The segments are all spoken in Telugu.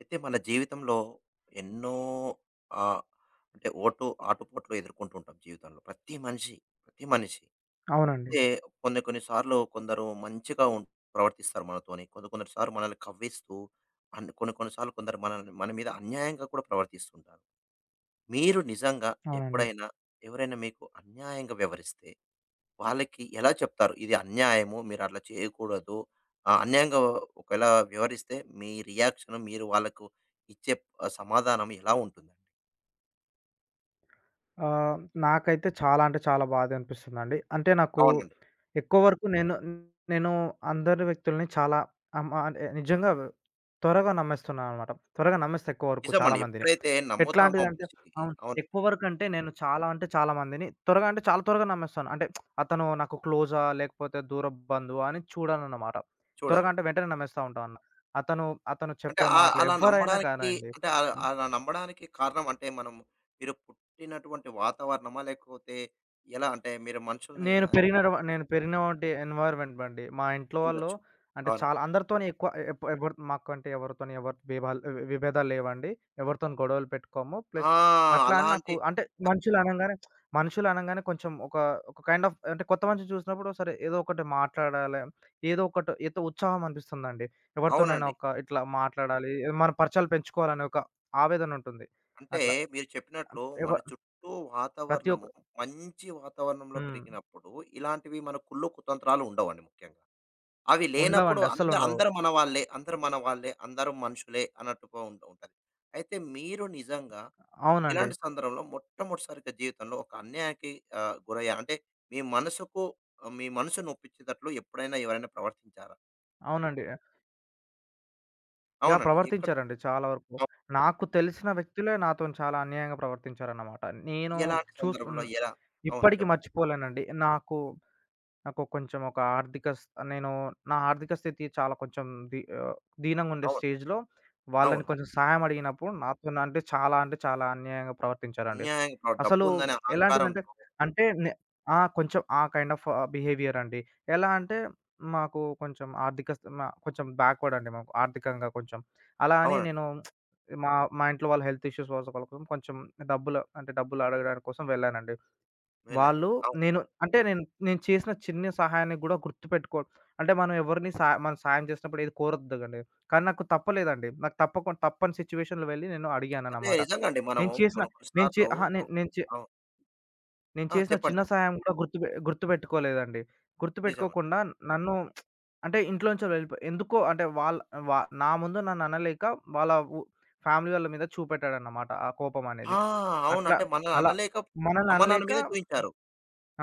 అయితే మన జీవితంలో ఎన్నో ఆహ్, అంటే ఓటు ఆటుపోట్లు ఎదుర్కొంటూ ఉంటాం జీవితంలో. ప్రతి మనిషి, ప్రతి మనిషి. అవునండి. అయితే కొన్ని కొన్ని సార్లు కొందరు మంచిగా ప్రవర్తిస్తారు మనతోని. కొందరు కొందరు సార్లు మనల్ని కవ్విస్తూ కొన్ని కొన్ని సార్లు కొందరు మన మీద అన్యాయంగా కూడా ప్రవర్తిస్తుంటారు. మీరు నిజంగా అవునండి. ఎప్పుడైనా ఎవరైనా మీకు అన్యాయంగా వ్యవహరిస్తే వాళ్ళకి ఎలా చెప్తారు? ఇది అన్యాయము. మీరట్లా చేయకూడదు. అన్యాయంగా ఒకవేళ వివరిస్తే మీ రియాక్షన్ మీరు వాళ్ళకు ఇచ్చే సమాధానం ఎలా ఉంటుందండి? ఆహ్, నాకైతే చాలా అంటే చాలా బాధనిపిస్తుందండి. అంటే నాకు అవునండి. ఎక్కువ వరకు నేను నేను అందరి వ్యక్తుల్ని చాలా అమ్మ అంటే నిజంగా త్వరగా నమ్మేస్తున్నాననమాట. త్వరగా నమ్మేస్తా ఎక్కువ వరకు చాలా నిజమండి. మందిని. ఎప్పుడైతే నమ్ముతామో ఎట్లాంటిదంటే మనిషికి అవును. అవునండి. ఎక్కువ వరకంటే నేను చాలా అంటే చాలా మందిని త్వరగా అంటే చాలా త్వరగా నమ్మేస్తాను. అంటే అతను నాకు క్లోజా? లేకపోతే దూరపు బంధువా? అని చూడననమాట. త్వరగా చూడరు. అంటే వెంటనే నమ్మేస్తా ఉంటాను. అతను అతను అంటే చెప్పే ఆహ్, మాటలు అలా ఎవ్వరైనా నమ్మడానికి కానండి. అంటే అలా నమ్మడానికి కారణం అంటే మనం మీరు పుట్టినటువంటి వాతావరణమా? లేకపోతే ఎలా అంటే మీరు మనుషుల్ని నేను పెరిగినవంటి ఎన్విరాన్మెంట్ బండి. మా ఇంట్లో వాళ్ళు ఉండొచ్చు. అంటే అవునండి. చాలా అందరితోని ఎక్కువ ఎవరు మాకంటే ఎవరితోని ఎవరి బీభాలు వి విభేదాలు లేవండి. ఎవరితోని గొడవలు పెట్టుకోము. ప్లస్ ఆ! అట్లా అని నాకు అలాంటి అంటే మనుషులు అనంగానే మనుషులు అనంగానే కొంచెం ఒక ఒక కైండ్ ఆఫ్ అంటే కొత్త మనిషి చూసినప్పుడు సరే ఏదో ఒకటి మాట్లాడాలి. ఏదో ఒకటి ఏదో ఉత్సాహం అనిపిస్తుందండి. ఎవరితోనైనా అవునండి. ఒక ఇట్లా మాట్లాడాలి. మన పరిచయాలు పెంచుకోవాలనే ఒక ఆవేదన ఉంటుంది. అంటే అట్లా మీరు చెప్పినట్లు ఎవ మన చుట్టూ ప్రతి వాతావరణము ఒక్క మంచి వాతావరణంలో హ్మ్. పెరిగినప్పుడు ఇలాంటివి మన కుళ్ళు కుతంత్రాలు ఉండవండి ముఖ్యంగా. అవి లేనప్పుడు ఉండవండి. అస్సలుండవు. అందరూ మన వాళ్ళే, అందరూ మన వాళ్ళే, అందరూ మనుషులే అన్నట్టుగా ఉంటూ ఉంటది. అయితే మీరు నిజంగా అవునండి. ఇలాంటి సందర్భంలో మొట్టమొదటిసారిగా జీవితంలో ఒక అన్యాయానికి గురయ్యారు. అంటే మీ మనసుకు మీ మనసు నొప్పించేటట్లు ఎప్పుడైనా ఎవరైనా ప్రవర్తించారా? అవునండి. యాహ్! అవునండి. ఎక్కడ? ప్రవర్తించారండి చాలా వరకు. నాకు తెలిసిన వ్యక్తులే నాతోని చాలా అన్యాయంగా ప్రవర్తించారన్నమాట. నేను ఎలాంటి చూస్తున్ సందర్భంలో ఎలా? అవును ఇప్పటికి చెప్పండి. మర్చిపోలేనండి. నాకు నాకు కొంచెం ఒక ఆర్థిక స్ నేను నా ఆర్థిక స్థితి చాలా కొంచెం ది ఆహ్, దీనంగుండే అవును. స్టేజ్‌లో వాళ్ళని అవును. కొంచెం సహాయం అడిగినప్పుడు నాతో అంటే చాలా అంటే చాలా అన్యాయంగా ప్రవర్తించారండి. అన్యాయంగా అసలు డబ్బుందనే ఎలాంటిదంటే, అహంకారంతో అంటే నే ఆ! కొంచెం ఆ కైండ్ ఆఫ్ బిహేవియర్ అండి. ఎలా అంటే మాకు కొంచెం ఆర్థిక స్థ మా కొంచెం బ్యాక్వర్డ్ అండి మాకు ఆర్థికంగా కొంచెం. అలా అని అవునండి. నేను మా మా ఇంట్లో వాళ్ళ హెల్త్ ఇష్యూస్ కోసం కొంచెం డబ్బులు అడగడానికి కోసం వెళ్ళానండి. వెళ్ళారు. వాళ్ళు అవును. నేను అంటే నేను నేను చేసిన చిన్న సహాయాన్ని గూడా గుర్తుపెట్టుకో అంటే మనం ఎవరిని సహా మనం సాయం చేసినప్పుడు ఏది కోరొద్దు గండి. కానీ నాకు తప్పలేదండి. నాకు తప్పకుండా తప్పని సిట్యుయేషన్‌లో వెళ్లి నేను అంటే అడిగానన్నమాట. నిజంగా అండి. మనము నేను చేసిన కొన్ని కొన్ని నేను చే సార్లు అహా! సో నేను నేను చే అవును. నేను ఆ! చేసిన చిన్న చెప్పండి. సహాయం గూడా గుర్తుపెట్టుకోలేదండి. నిజమండి. గుర్తుపెట్టుకోకుండా నన్ను అంటే ఇంట్లోంచి వెళ్ళిపో ఎందుకో అంటే వాళ్ళ వా నా ముందు నన్ను అనలేక వాళ్ళ ఉ ఫ్యామిలీ వాళ్ళ మీద చూపెట్టాడన్నమాట. ఆ కోపం ఆ! అనేది. అవును. అట్లా అంటే మనల్ని అలా అనలేక మనల్ని అమ్మ, నాన్న అనలేక మీద చూయించారు.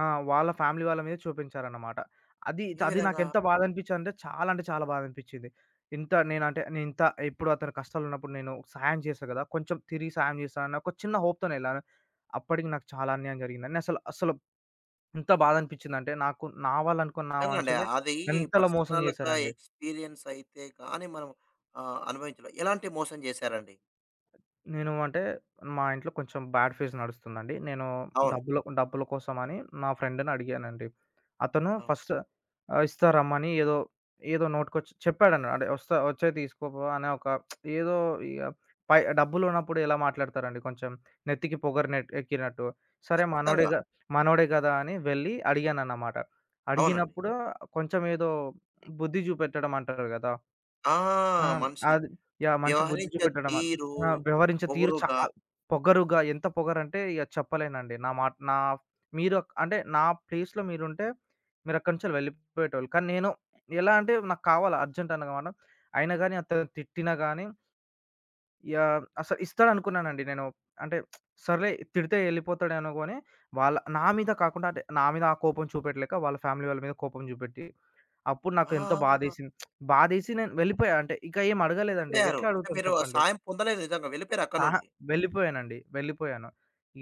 ఆ! వాళ్ళ ఫ్యామిలీ వాళ్ళ మీద చూపించారన్నమాట. అది, ఏ అది విధంగా? నాకెంత బాధ అనిపించిందంటే చాలా అంటే చాలా బాధ అనిపించింది. ఇంత నేనంటే నేనింత ఇప్పుడు అతను కష్టాలున్నప్పుడు నేను సాయం చేశా కదా! కొంచెం తిరిగి సాయం చేస్తానన్న ఒక చిన్న హోప్‌తోనే ఎళ్ళాను. అప్పటికి నాకు చాలా అన్యాయం జరిగిందండి. అసలు ఎంత బాధ అనిపించిందంటే నాకు నా వాళ్ళనుకున్న నిజంగండి. మనుషులే అది ఎంతలా మోసం పర్సనల్‌గా చేశారండి. ఎక్స్‌పీరియన్స్ అయితే గాని మనం అనుభవించలేం. ఎలాంటి మోసం చేశారండి? నేను అంటే మా ఇంట్లో కొంచెం బ్యాడ్ ఫేజ్ నడుస్తుందండి. నేను అవును. డబ్బుల డబ్బుల కోసమని నా ఫ్రెండ్‌ని అడిగానండి. అతను అవును. ఫస్ట్ ఇస్తారమ్మని ఏదో ఏదో నోటికొచ్చి చెప్పాడని అంటే "వస్తా వచ్చేయి తీసుకోపో" అనే ఒక ఏదో ఇగ పై డబ్బులున్నప్పుడు ఎలా మాట్లాడతారండి కొంచెం నెత్తికి పొగరునెట్ ఎక్కినట్టు. సరే మనోడే ఖచ్చితంగా. గ మనోడే గదా! అని వెళ్ళి అడిగానన్నమాట. అవునండి. అడిగినప్పుడు కొంచెం ఏదో బుద్ధి చూపెట్టడం అంటారు గదా! ఆ! ఆ! మనిషి అది యాహ్! మంచి బుద్ధి వ్యవహరించే చూపెట్టడం. తీరు, ఆ! వ్యవహరించే తీరు పొగరుగా పొగరుగా ఎంత పొగరంటే ఇగ చెప్పలేనండి. నా మాట నా మీరు అంటే నా ప్లేస్‌లో మీరుంటే మీరక్కడి నుంచి వెళ్ళిపోయేటోళ్ళు. కానీ నేను ఎలా అంటే నాకు కావాలా అర్జెంట్ అన్నమాట. అయినా గాని అతను తిట్టినా గాని యాహ్! అసలు ఇస్తాడనుకున్నానండి నేను. అంటే సర్లే తిడితే వెళ్ళిపోతాడేమోగాని నా మీద కాకుండా అంటే నా మీద ఆ కోపం చూపెట్టలేక వాళ్ళ ఫ్యామిలీ వాళ్ళ మీద కోపం చూపెట్టి అప్పుడు ఆ! నాకెంతో బాధేసింది. బాధేసి నేను వెళ్ళిపోయా. అంటే ఇక ఏం అడగలేదండి. వెళ్ళిపోయారు. ఎట్లా అంటే అడుగుతాం మీరు ఆ చెప్పండి. సాయం పొందలేదు నిజంగా. వెళ్ళిపోయారు అక్కడి అహా! నుండి. వెళ్ళిపోయానండి. వెళ్ళిపోయాను.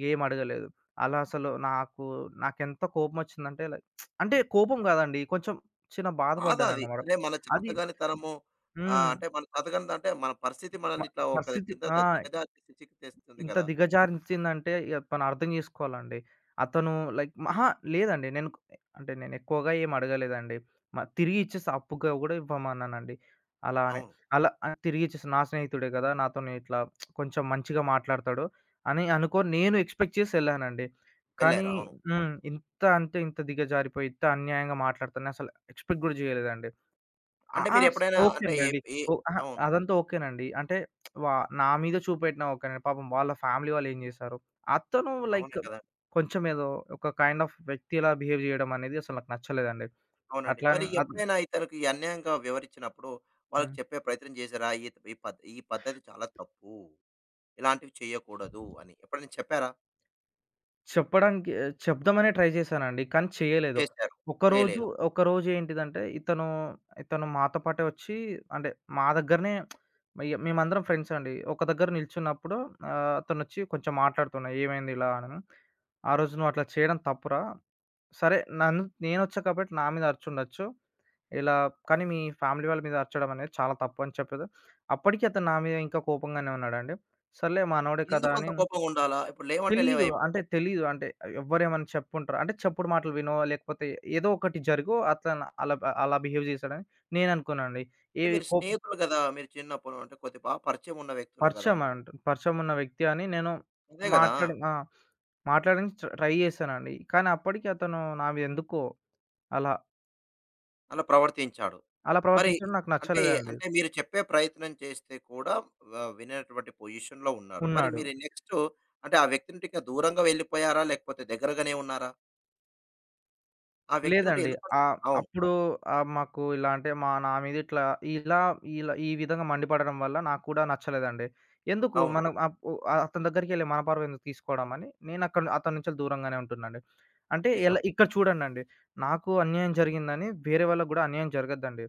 ఏం అడగలేదు. అలా అసలు నాకు నాకెంత కోపమొచ్చిందంటే లైక్ అంటే కోపం కాదండి. కొంచెం చిన్న బాధ అది. బాధపడ్డానన్నమాట. అరే! మన అది చాతగానితనము హ్మ్. అంటే మన చాతగానిది అంటే మన పరిస్థితి మ మనల్ని ఇట్లా ఒక పరిస్థితి కింద ఆ! దిగజార్చే స్థితికి తెస్తుంది ఇంత కదా! దిగజారించిందంటే ఇగ తను అర్థం చేసుకోవాలండి. అతను లైక్ మహా లేదండి. నేను అంటే నేను ఎక్కువగా ఏం అడగలేదండి. తిరిగి ఇచ్చేసా అప్పుగా గూడా ఇవ్వమన్నానండి. అలా అని. అవును. అలా తిరిగి ఇచ్చేసా. నా స్నేహితుడే గదా! నాతోని ఇట్లా కొంచెం మంచిగా మాట్లాడతాడు అని అనుకోని నేను ఎక్స్‌పెక్ట్ చేసి ఎళ్ళానండి. కానీ వెళ్లారు. అవును. హ్మ్. ఇంత అంటే ఇంత దిగజారిపోయి, ఇంత అన్యాయంగా మాట్లాడుతాడని అసలు ఎక్స్‌పెక్ట్ గూడా జేయలేదండి. ఆ! అంటే ఆ! స్ మీరెప్పుడైనా ఓకే అంటే ఏ అండి. ఏ ఓ అహా! అవును. అదంతా ఓకేనండి. అంటే వా నా మీద చూపెట్టినా ఓకేనండి. పాపం వాళ్ళ ఫ్యామిలీ వాళ్ళేం జేశారు. అతను అవునే లైక్ కదా! కొంచెం ఏదో ఒక కైండ్ ఆఫ్ వ్యక్తిలా బిహేవ్ జేయడం అనేది అసలు నాకు నచ్చలేదండి. అవునండి. అట్లా అని మరి అత్ ఎప్పుడైనా ఇతనికి ఈ అన్యాయంగా వివరించినప్పుడు వాళ్ళకి హ్మ్. చెప్పే ప్రయత్నం చేశారా? ఈ ఈ పద్ ఈ పద్ధతి చాలా తప్పు. ఇలాంటివి చేయకూడదు అని. ఎప్పుడైనా చెప్పారా? చెప్పడానికి చెప్దామనే ట్రై చేశానండి. కానీ చేయలేదు. చేశారు. ఒకరోజు, చేయలేదు. ఒకరోజు ఏంటిదంటే ఇతను మాతో పాటే వచ్చి అంటే మా దగ్గరనే ఇగ మేమందరం ఫ్రెండ్స్ అండి. ఒక దగ్గర నిల్చున్నప్పుడు అతనొచ్చి కొంచెం మాట్లాడుతున్నా ఏమైంది ఇలా అని. "ఆ రోజు నువ్వు అట్లా చేయడం తప్పురా. సరే నన్ను నేనొచ్చా కాబట్టి నా మీద అరిచుండొచ్చు. ఇలా కానీ మీ ఫ్యామిలీ వాళ్ళ మీద అరచడం అనేది చాలా తప్పు" అని చెప్పేది. అప్పటికి అతను నా మీద ఇంకా కోపంగానే ఉన్నాడండి. సర్లే మనోడే కదా ఎందుకంత అని కోపంగుండాలా? ఇప్పుడు లేవంటే తెలీదు. లేవయిపోతుంది. అంటే తెలీదు. అంటే ఎవ్వరేమన్నా చెప్పుంటారు. అంటే చెప్పుడు మాటలు వినో, లేకపోతే ఏదో ఒకటి జరిగో అతను అలా బిహేవ్ చేశాడని నేననుకున్నానండి. అంటే ఏవి మీరు కో స్నేహితులు గదా! మీరు చిన్నప్పుడు అంటే కొద్దిగా బాగా పరిచయం ఉన్న వ్యక్తులు గదా! పరిచయం ఉన్న వ్యక్తి అని నేను అదే గదా! మాట్లాడి ఆ! మాట్లాడడానికి ట్రై చేశానండి. కానీ అప్పటికి అతను నా మీద ఎందుకో అలా, అలా ప్రవర్తించాడు. అలా మరి ప్రవర్తించడం నాకు అంటే, నచ్చలేదండి. అంటే మీరు చెప్పే ప్రయత్నం చేస్తే కూడా వ వినేటువంటి పొజిషన్‌లో ఉన్నారు. మరి ఉన్నాడు. మీరు నెక్స్ట్ అంటే ఆ వ్యక్తి నుండి ఇక దూరంగా వెళ్ళిపోయారా? లేకపోతే దగ్గరగానే ఉన్నారా? ఆ వ్యక్తి నుండి లేదండి. ఎందుకంటే అవును. అప్పుడు మాకు ఇలా అంటే నా మీద ఇట్లా ఇలా ఇలా ఈ విధంగా మండిపడడం వల్ల నాకు కూడా నచ్చలేదండి. ఎందుకు అవును. మనం అప్ ఉ అతని దగ్గరికెళ్ళి మన పరువు ఎందుకు తీసుకోవడం అని నేను అక్కడ అతని నుంచి దూరంగానే ఉంటున్నాండి. అంటే నిజం. ఎలా ఇక్కడ చూడండండి. నాకు అన్యాయం జరిగిందని వేరే వాళ్ళకి గూడా అన్యాయం జరగద్దండి.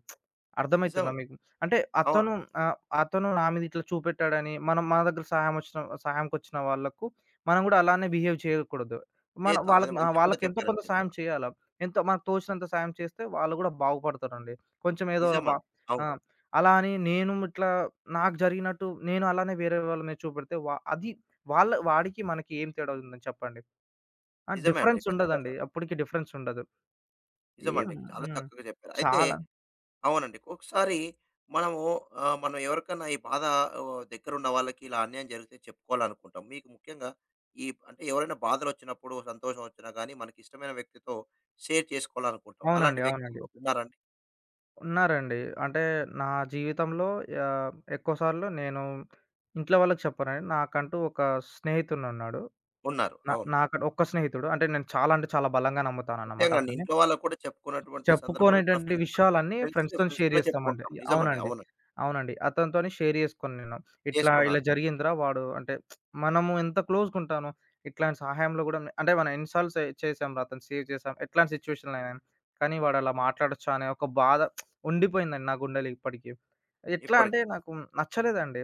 నిజం. అర్థమైతుందా మీకు? అంటే అవును. అతను ఆహ్, అతను నా మీద ఇట్లా చూపెట్టాడని మనం మన దగ్గర సహాయంకొచ్చిన వాళ్ళకు మనం గూడా అలానే బిహేవ్ చేయకూడదు. మన చేత అది వాళ్ళకి మంచి మాట వాళ్ళకి ఎంతో చెప్పారండి కొంత సహాయం నిజంగా. చేయాల. ఎంతో మనకు తోచినంత సాయం చేస్తే వాళ్ళు గూడా బాగుపడతారండి. కొంచెం ఏదో అలా బా నిజమండి. ఆ! అవును. అలా అని నేను ఇట్లా నాకు జరిగినట్టు నేను అలానే వేరే వాళ్ళ మీద చూపెడితే అది వాళ్ళ వాడికి మనకి ఏం తేడా ఉందని చెప్పండి. ఆ! నిజమే అండి. డిఫరెన్స్ ఖచ్చితంగా. ఉండదండి. అప్పటికి డిఫరెన్స్ ఉండదు. నిజమండి. ఏం చాలా హ్మ్. చక్కగా చెప్పారు. అయితే చాలా అవునండి. ఒకసారి మనము మనం ఎవరికన్నా ఈ బాధ దగ్గరున్న వాళ్ళకి ఇలా అన్యాయం జరిగితే చెప్పుకోవాలనుకుంటాం. మీకు ముఖ్యంగా ఈ అంటే ఎవరైనా బాధలొచ్చినప్పుడు, సంతోషం వచ్చినా గానీ, మనకిష్టమైన వ్యక్తితో షేర్ చేసుకోవాలనుకుంటాం. అలాంటి అవునండి. వ్యక్తి అవునండి. ఉన్నారండి? ఉన్నారండి. అంటే నా జీవితంలో ఆహ్, ఎక్కువ సార్లు నేను ఇంట్లో వాళ్ళకి చెప్పనండి. నాకంటూ ఒక స్నేహితుడున్నాడు. ఉన్నారు. నా అవును. నాక ఒక్క స్నేహితుడు. అంటే నేను చాలా అంటే చాలా బలంగా నమ్ముతానన్నమాట ముఖ్యంగా అండి అతన్ని. ఇంట్లో వాళ్ళకి కూడా చెప్పుకున్నటువంటి సందర్భాలు మన చెప్పుకోనేటువంటి ఫ్రెండ్స్‌తోనే విషయాలన్నీ ఫ్రెండ్స్‌తోని షేర్ ఫ్రెండ్స్‌తోనే జేస్తామండి. చెప్పుకుంటాం. నిజమండి. అవునండి. అవునండి. అవునండి. అతనితోని షేర్ జేసుకోను నేను. ఇలా చేసుకున్నారు జరిగిందిరా వాడు అంటే మనము ఎంత క్లోజ్‌గుంటానో ఇట్లాంటి సహాయంలో గూడా అంటే మనం ఎన్ని సార్లు చేసాంరా అతన్ని సేవ్ చేసాం. ఎట్లాంటి సిట్యుయేషన్‌లోనైనా. కానీ వాడు అలా మాట్లాడొచ్చా అనే ఒక బాధ ఉండిపోయిందండి నా గుండెలో ఇప్పటికి. ఎట్లా అంటే ఇప్పటికి. నాకు నచ్చలేదండి.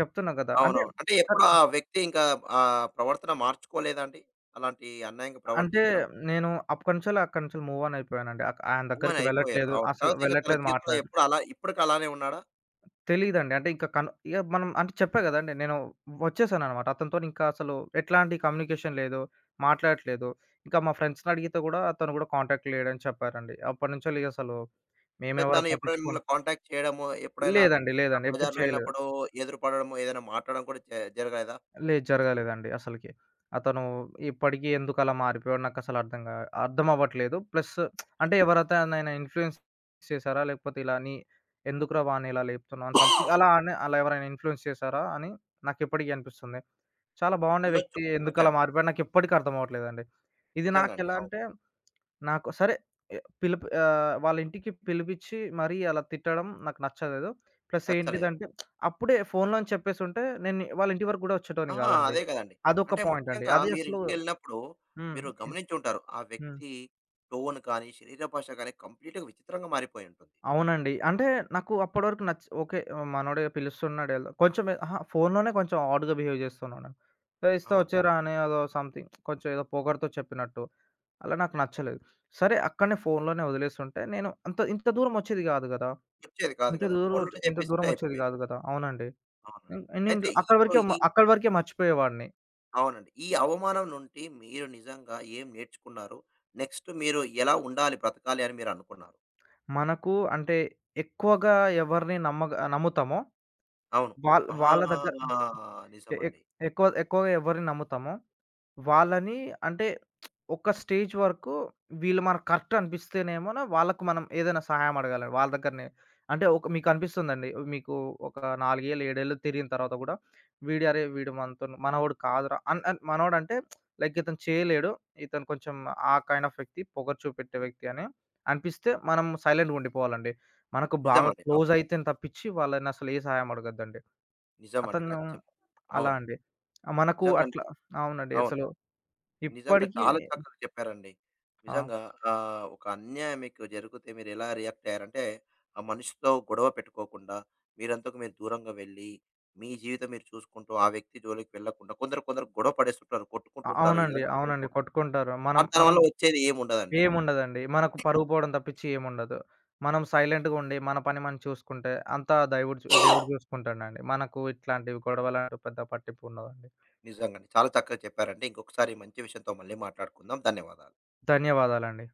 చెప్తున్నా గదా! అంటే అవునవును. అంటే ఆహ్, ఎప్పుడు ఆ వ్యక్తి ఇంకా ఆ ప్రవర్తన మార్చుకోలేదా అండి? అలాంటి అన్యాయంగా అంటే ప్రవర్తించడం? నేను అప్పటి నుంచెల్లి అక్కడి నుంచెల్లి మూవ్ ఆన్ అయిపోయానండి. ఆయన అవును. దగ్గరికి అయిపోయారు. వెళ్ళట్లేదు. అవును. అసలు తర్వాత ఇంక తన వెళ్ళట్లేదు జీవితంలో ఎప్పుడు అలా ఇప్పటికి అలానే ఉన్నాడా? తెలీదండి. అంటే ఇంక కను ఇగ మనం అంటే చెప్పా గదండీ! నేను వచ్చేసాననమాట. అతనితోని ఇంకా అసలు ఎట్లాంటి కమ్యూనికేషన్ లేదు. మాట్లాడట్లేదు. ఇంకా మా ఫ్రెండ్స్‌ని అడిగితే గూడా అతను గూడా కాంటాక్ట్ లేడని చెప్పారండి. అప్పటి నుంచెల్లి అసలు అంటే మేమెవరం తను ఎప్పుడైనా పట్టించుకోం మిమ్మల్ని కాంటాక్ట్ చేయడము, ఎప్పుడైనా లేదండి. ఆ లేదండి. ఎప్పుడు బజార్‌లో చేయలేదు. వెళ్ళినప్పుడు ఎదురుపడడము, ఏదైనా మాట్లాడడం కూడా జరగలేదా? లేదు. జరగలేదండి అసలకి. అతను ఇప్పటికి ఎందుకలా మారిపోయాడో నాకసలు అర్థం గా అర్థమవ్వట్లేదు. ప్లస్ అంటే ఎవరైతేనైనా ఇన్‌ఫ్లూయెన్స్ చేసారా? లేకపోతే ఇలా నీ ఎందుకురా వాడిని ఇలా లేపుతున్నావు అని సంథింగ్ అలా ఎవరైనా ఇన్‌ఫ్లూయెన్స్ చేసారా? అని నాకిప్పటికి అనిపిస్తుంది. చాలా బాగుండే ఉండొచ్చు. వ్యక్తి ఎందుకలా ఉండొచ్చండి. మారిపోయాడో నాకిప్పటికి అర్థమవ్వట్లేదండి. ఇది నిజంగా అండి. నాకెలా అవును. అంటే నాకు సరే వాళ్ళ ఇంటికి పిలిపిచ్చి మరీ అలా తిట్టడం నాకు నచ్చలేదు. ప్లస్ నచ్చలేదు. ఏంటిదంటే అప్పుడే ఫోన్‌లోని చెప్పేసుంటే నేను వాళ్ళ ఇంటి వరకు గూడా వచ్చేటోడిని ఆహా! గాదండి. అదే కదండీ. అదొక అంటే పాయింట్ అండి. ముఖ్యంగా అది అసలు మీరింటికెళ్ళినప్పుడు హ్మ్. మీరు గమనించి ఉంటారు. ఆ హ్మ్. వ్యక్తి టోన్ కానీ, శరీర భాష కానీ కంప్లీట్‌గా విచిత్రంగా మారిపోయి ఉంటుంది. అవునండి. అంటే నాకు అప్పటి వరకు నచ్చ ఓకే. మనోడు పిలుస్తున్నాడు కొంచెం అహా! ఫోన్‌లోనే కొంచెం ఆడ్‌గా బిహేవ్ చేస్తున్నాడు. "ఏ, ఇస్తా అవును. వచ్చేయరా అని అదో సంథింగ్ కొంచెం ఏదో పొగరుతో చెప్పినట్టు. అలా నాకు నచ్చలేదు. సరే అక్కడనే ఫోన్‌లోనే వదిలేసుంటే నేను అంత ఇంత దూరం వచ్చేది గాదు గదా! వచ్చేది కాదు కదా! ఫోన్‌లోనే ఇంత చెప్పేసింటే దూరం ఒచ్చేది అయిపోయేది. గాదు గదా! అవునండి. అవునండి. హ్మ్. అయితే నేనింట్లో హ్మ్. ఇప్పుడు ఈ అక్కడి వరకే మర్చిపోయేవాడిని. అవునండి. ఈ అవమానం నుండి మీరు నిజంగా ఏం నేర్చుకున్నారు? నెక్స్ట్ మీరు ఎలా ఉండాలి, బ్రతకాలి అని మీరనుకున్నారు? మనకు అంటే ఎక్కువగా ఎవరిని నమ్మగ నమ్ముతామో అవును. ఆ! వాళ్ళ దగ్గర ఎ ఎక్ నిజమండి. ఎక్కువగా ఎవరిని నమ్ముతామో వాళ్ళని అంటే ఒక స్టేజ్ వరకు వీళ్ళు మనకు కరెక్ట్ అనిపిస్తేనేమోన వాళ్ళకి మనం ఏదైనా సహాయం అడగాలి. వాళ్ళ దగ్గరనే అంటే ఒక మీకు అనిపిస్తుందండి. మీకు ఒక 4 ఏళ్ళు, 7 ఏళ్ళు తిరిగిన తర్వాత గూడా వీడు అరే! వీడు మనతోని మనవోడు కాదురా! అన్ అన్ మనవడంటే లైక్ ఇతను చేయలేడు. ఇతను కొంచెం ఆ కైండ్ ఆఫ్ వ్యక్తి, పొగరు చూపెట్టే వ్యక్తి అని అనిపిస్తే మనం సైలెంట్‌గా ఉండిపోవాలండి. మనకు బాగా నిజమండి. అవును. క్లోజ్ అయితేనే తప్పించి వాళ్ళని అసలు ఏ సహాయం అడగొద్దండి. నిజమండి. అతను ఖచ్చితం. అలా అవునండి. అండి. ఆ మనకు నిజంగండి. అట్లా అవునండి. అవును. అసలు నిజంగా ఇప్పటికి చాలా చక్కగా చెప్పారండి. ఆ! నిజంగా ఒక అన్యాయం మీకు జరిగితే మీరెలా రియాక్ట్ అయ్యారంటే, ఆ మనిషితో గొడవ పెట్టుకోకుండా, మీరంతకు మీరు దూరంగా వెళ్లి, మీ జీవితం మీరు చూసుకుంటూ, ఆ వ్యక్తి జోలికి వెళ్ళకుండా కొందరు కొందరు గొడవ పడేస్తుంటారు, కొట్టుకుంటుంటారు. అవునండి. ఇలాంటివి అవునండి. చేయకూడదు. కొట్టుకుంటారు. ఆ! మనం మనం దానివల్ల వచ్చేది ఏముండదండి. ఏముండదండి. మనకు పరువు పోవడం తప్పించి ఏముండదు. మనం సైలెంట్‌గా ఉండి మన పని మనం చూసుకుంటే అంతా దైవుడు చూ దేవుడు చూసుకుంటాడండి. మనకు ఇట్లాంటివి గొడవలు పెద్ద పట్టింపు ఉండదండి. నిజంగానే. చాలా చక్కగా చెప్పారండి. ఇంకొకసారి ఈ మంచి విషయంతో మళ్ళీ మాట్లాడుకుందాం. ధన్యవాదాలు. ధన్యవాదాలండి.